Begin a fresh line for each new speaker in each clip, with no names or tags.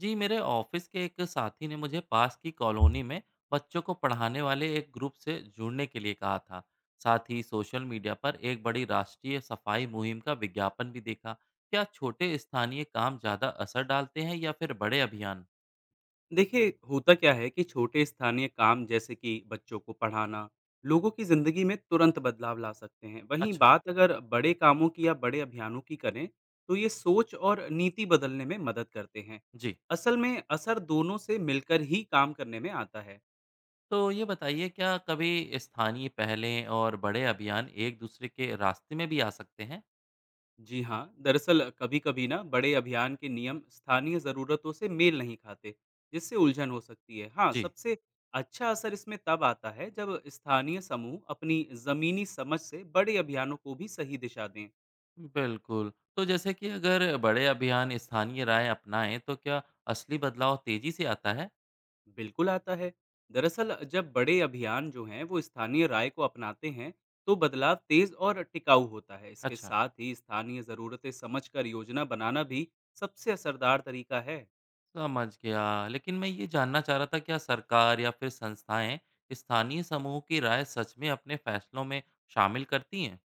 जी, मेरे ऑफिस के एक साथी ने मुझे पास की कॉलोनी में बच्चों को पढ़ाने वाले एक ग्रुप से जुड़ने के लिए कहा था। साथ ही सोशल मीडिया पर एक बड़ी राष्ट्रीय सफाई मुहिम का विज्ञापन भी देखा। क्या छोटे स्थानीय काम ज़्यादा असर डालते हैं या फिर बड़े अभियान?
देखिए होता क्या है कि छोटे स्थानीय काम जैसे कि बच्चों को पढ़ाना लोगों की ज़िंदगी में तुरंत बदलाव ला सकते हैं। वहीं
अच्छा
बात अगर बड़े कामों की या बड़े अभियानों की करें, तो ये सोच और नीति बदलने में मदद करते हैं।
जी,
असल में असर दोनों से मिलकर ही काम करने में आता है।
तो ये बताइए क्या कभी स्थानीय पहलें और बड़े अभियान एक दूसरे के रास्ते में भी आ सकते हैं?
जी हाँ, दरअसल कभी-कभी ना बड़े अभियान के नियम स्थानीय ज़रूरतों से मेल नहीं खाते, जिससे उलझन हो सकती है। हाँ,
जी
सबसे अच्छा असर इसमें तब आता है जब स्थानीय समूह अपनी ज़मीनी समझ से बड़े अभियानों को भी सही दिशा दें।
बिल्कुल। तो जैसे कि अगर बड़े अभियान स्थानीय राय अपनाएं तो क्या असली बदलाव तेजी से आता है?
बिल्कुल आता है। दरअसल जब बड़े अभियान जो हैं वो स्थानीय राय को अपनाते हैं, तो बदलाव तेज़ और टिकाऊ होता है। इसके
अच्छा,
साथ ही स्थानीय ज़रूरतें समझकर योजना बनाना भी सबसे असरदार तरीका है।
समझ गया। लेकिन मैं ये जानना चाह रहा था क्या सरकार या फिर संस्थाएँ स्थानीय समूह की राय सच में अपने फैसलों में शामिल करती हैं?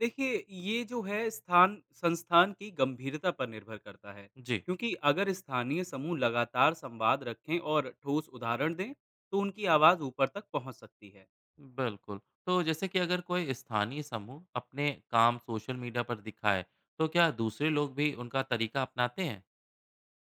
देखिए, ये जो है स्थान संस्थान की गंभीरता पर निर्भर करता है,
जी,
क्योंकि अगर स्थानीय समूह लगातार संवाद रखें और ठोस उदाहरण दें, तो उनकी आवाज़ ऊपर तक पहुंच सकती है।
बिल्कुल। तो जैसे कि अगर कोई स्थानीय समूह अपने काम सोशल मीडिया पर दिखाए, तो क्या दूसरे लोग भी उनका तरीका अपनाते हैं?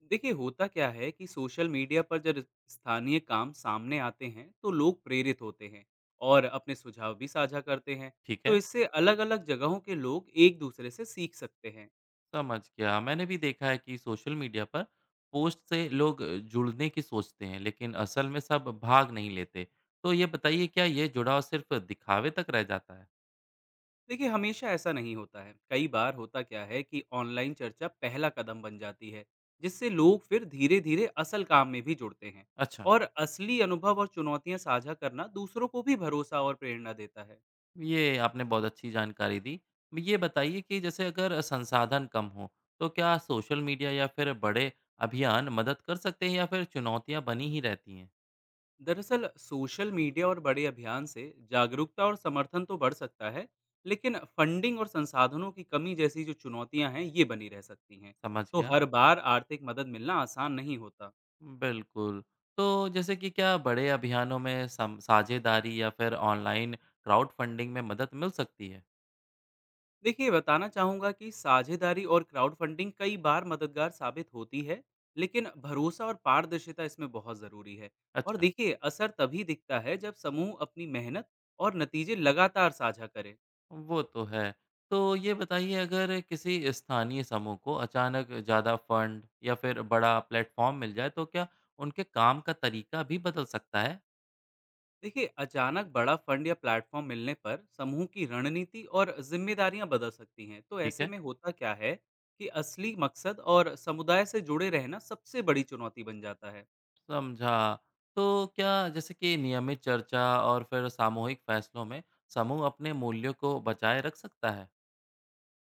देखिए, होता क्या है कि सोशल मीडिया पर जब स्थानीय काम सामने आते हैं, तो लोग प्रेरित होते हैं और अपने सुझाव भी साझा करते हैं।
ठीक
तो
है,
इससे अलग-अलग जगहों के लोग एक दूसरे से सीख सकते हैं।
समझ गया। मैंने भी देखा है कि सोशल मीडिया पर पोस्ट से लोग जुड़ने की सोचते हैं, लेकिन असल में सब भाग नहीं लेते। तो ये बताइए क्या ये जुड़ाव सिर्फ़ दिखावे तक रह जाता है?
देखिए, हमेशा ऐसा नहीं होता है। कई बार होता क्या है कि ऑनलाइन चर्चा पहला कदम बन जाती है, जिससे लोग फिर धीरे धीरे असल काम में भी जुड़ते हैं।
अच्छा।
और असली अनुभव और चुनौतियां साझा करना दूसरों को भी भरोसा और प्रेरणा देता है।
ये आपने बहुत अच्छी जानकारी दी। ये बताइए कि जैसे अगर संसाधन कम हो, तो क्या सोशल मीडिया या फिर बड़े अभियान मदद कर सकते हैं या फिर चुनौतियाँ बनी ही रहती हैं?
दरअसल सोशल मीडिया और बड़े अभियान से जागरूकता और समर्थन तो बढ़ सकता है, लेकिन फंडिंग और संसाधनों की कमी जैसी जो चुनौतियां हैं, ये बनी रह सकती हैं।
समझ
तो
गया।
हर बार आर्थिक मदद मिलना आसान नहीं होता।
बिल्कुल। तो जैसे कि क्या बड़े अभियानों में सम साझेदारी या फिर ऑनलाइन क्राउडफंडिंग में मदद मिल सकती है?
देखिए, बताना चाहूँगा कि साझेदारी और क्राउड फंडिंग कई बार मददगार साबित होती है, लेकिन भरोसा और पारदर्शिता इसमें बहुत ज़रूरी है। और
अच्छा।
देखिए, असर तभी दिखता है जब समूह अपनी मेहनत और नतीजे लगातार साझा करे।
वो तो है। तो ये बताइए अगर किसी स्थानीय समूह को अचानक ज़्यादा फंड या फिर बड़ा प्लेटफ़ॉर्म मिल जाए तो क्या उनके काम का तरीका भी बदल सकता है?
देखिए, अचानक बड़ा फंड या प्लेटफॉर्म मिलने पर समूह की रणनीति और जिम्मेदारियां बदल सकती हैं। तो
ठीक
ऐसे
है,
में होता क्या है कि असली मकसद और समुदाय से जुड़े रहना सबसे बड़ी चुनौती बन जाता है।
समझा। तो क्या जैसे कि नियमित चर्चा और फिर सामूहिक फैसलों में समूह अपने मूल्यों को बचाए रख सकता है?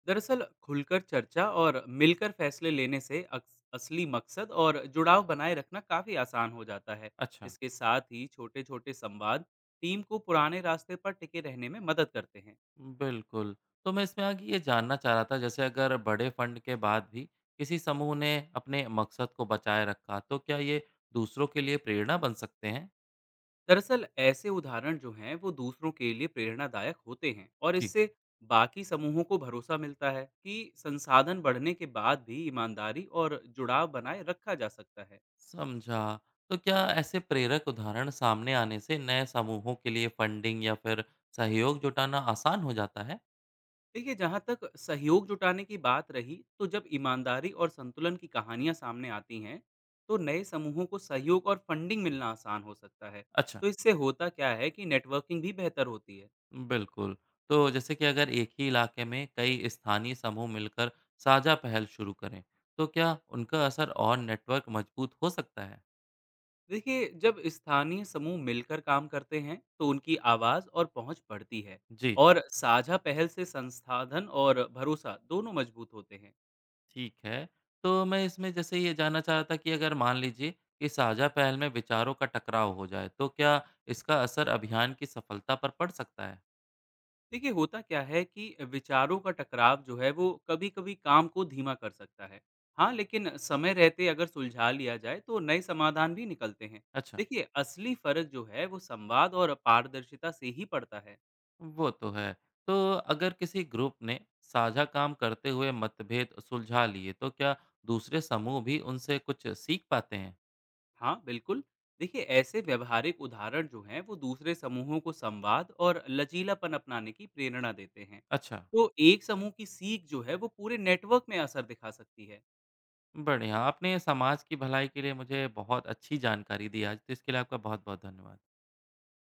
दरअसल खुलकर चर्चा और मिलकर फैसले लेने से असली मकसद और जुड़ाव बनाए रखना काफी आसान हो जाता है।
अच्छा।
इसके साथ ही छोटे छोटे संवाद टीम को पुराने रास्ते पर टिके रहने में मदद करते हैं।
बिल्कुल। तो मैं इसमें आगे ये जानना चाह रहा था जैसे अगर बड़े फंड के बाद भी किसी समूह ने अपने मकसद को बचाए रखा तो क्या ये दूसरों के लिए प्रेरणा बन सकते हैं?
दरअसल ऐसे उदाहरण जो हैं वो दूसरों के लिए प्रेरणादायक होते हैं, और
जी,
इससे बाकी समूहों को भरोसा मिलता है कि संसाधन बढ़ने के बाद भी ईमानदारी और जुड़ाव बनाए रखा जा सकता है।
समझा। तो क्या ऐसे प्रेरक उदाहरण सामने आने से नए समूहों के लिए फंडिंग या फिर सहयोग जुटाना आसान हो जाता है?
देखिए, जहाँ तक सहयोग जुटाने की बात रही, तो जब ईमानदारी और संतुलन की कहानियाँ सामने आती हैं, तो नए समूहों को सहयोग और फंडिंग मिलना आसान हो सकता है।
अच्छा।
तो इससे होता क्या है कि नेटवर्किंग भी बेहतर होती है।
बिल्कुल। तो जैसे कि अगर एक ही इलाके में कई स्थानीय समूह मिलकर साझा पहल शुरू करें, तो क्या उनका असर और नेटवर्क मजबूत हो सकता है?
देखिए, जब स्थानीय समूह मिलकर काम करते हैं, तो उनकी आवाज़ और पहुंच बढ़ती है,
जी,
और साझा पहल से संसाधन और भरोसा दोनों मजबूत होते हैं।
ठीक है। तो मैं इसमें जैसे ये जानना चाह रहा था कि अगर मान लीजिए कि साझा पहल में विचारों का टकराव हो जाए, तो क्या इसका असर अभियान की सफलता पर पड़ सकता है?
देखिए होता क्या है कि विचारों का टकराव जो है वो कभी कभी काम को धीमा कर सकता है। हाँ, लेकिन समय रहते अगर सुलझा लिया जाए, तो नए समाधान भी निकलते हैं।
अच्छा।
देखिए, असली फर्क जो है वो संवाद और पारदर्शिता से ही पड़ता है।
वो तो है। तो अगर किसी ग्रुप ने साझा काम करते हुए मतभेद सुलझा लिए, तो क्या दूसरे समूह भी उनसे कुछ सीख पाते हैं?
हाँ बिल्कुल। देखिए, ऐसे व्यवहारिक उदाहरण जो हैं वो दूसरे समूहों को संवाद और लचीलापन अपनाने की प्रेरणा देते हैं।
अच्छा,
तो एक समूह की सीख जो है वो पूरे नेटवर्क में असर दिखा सकती है।
बढ़िया। आपने समाज की भलाई के लिए मुझे बहुत अच्छी जानकारी दी आज, तो इसके लिए आपका बहुत-बहुत धन्यवाद।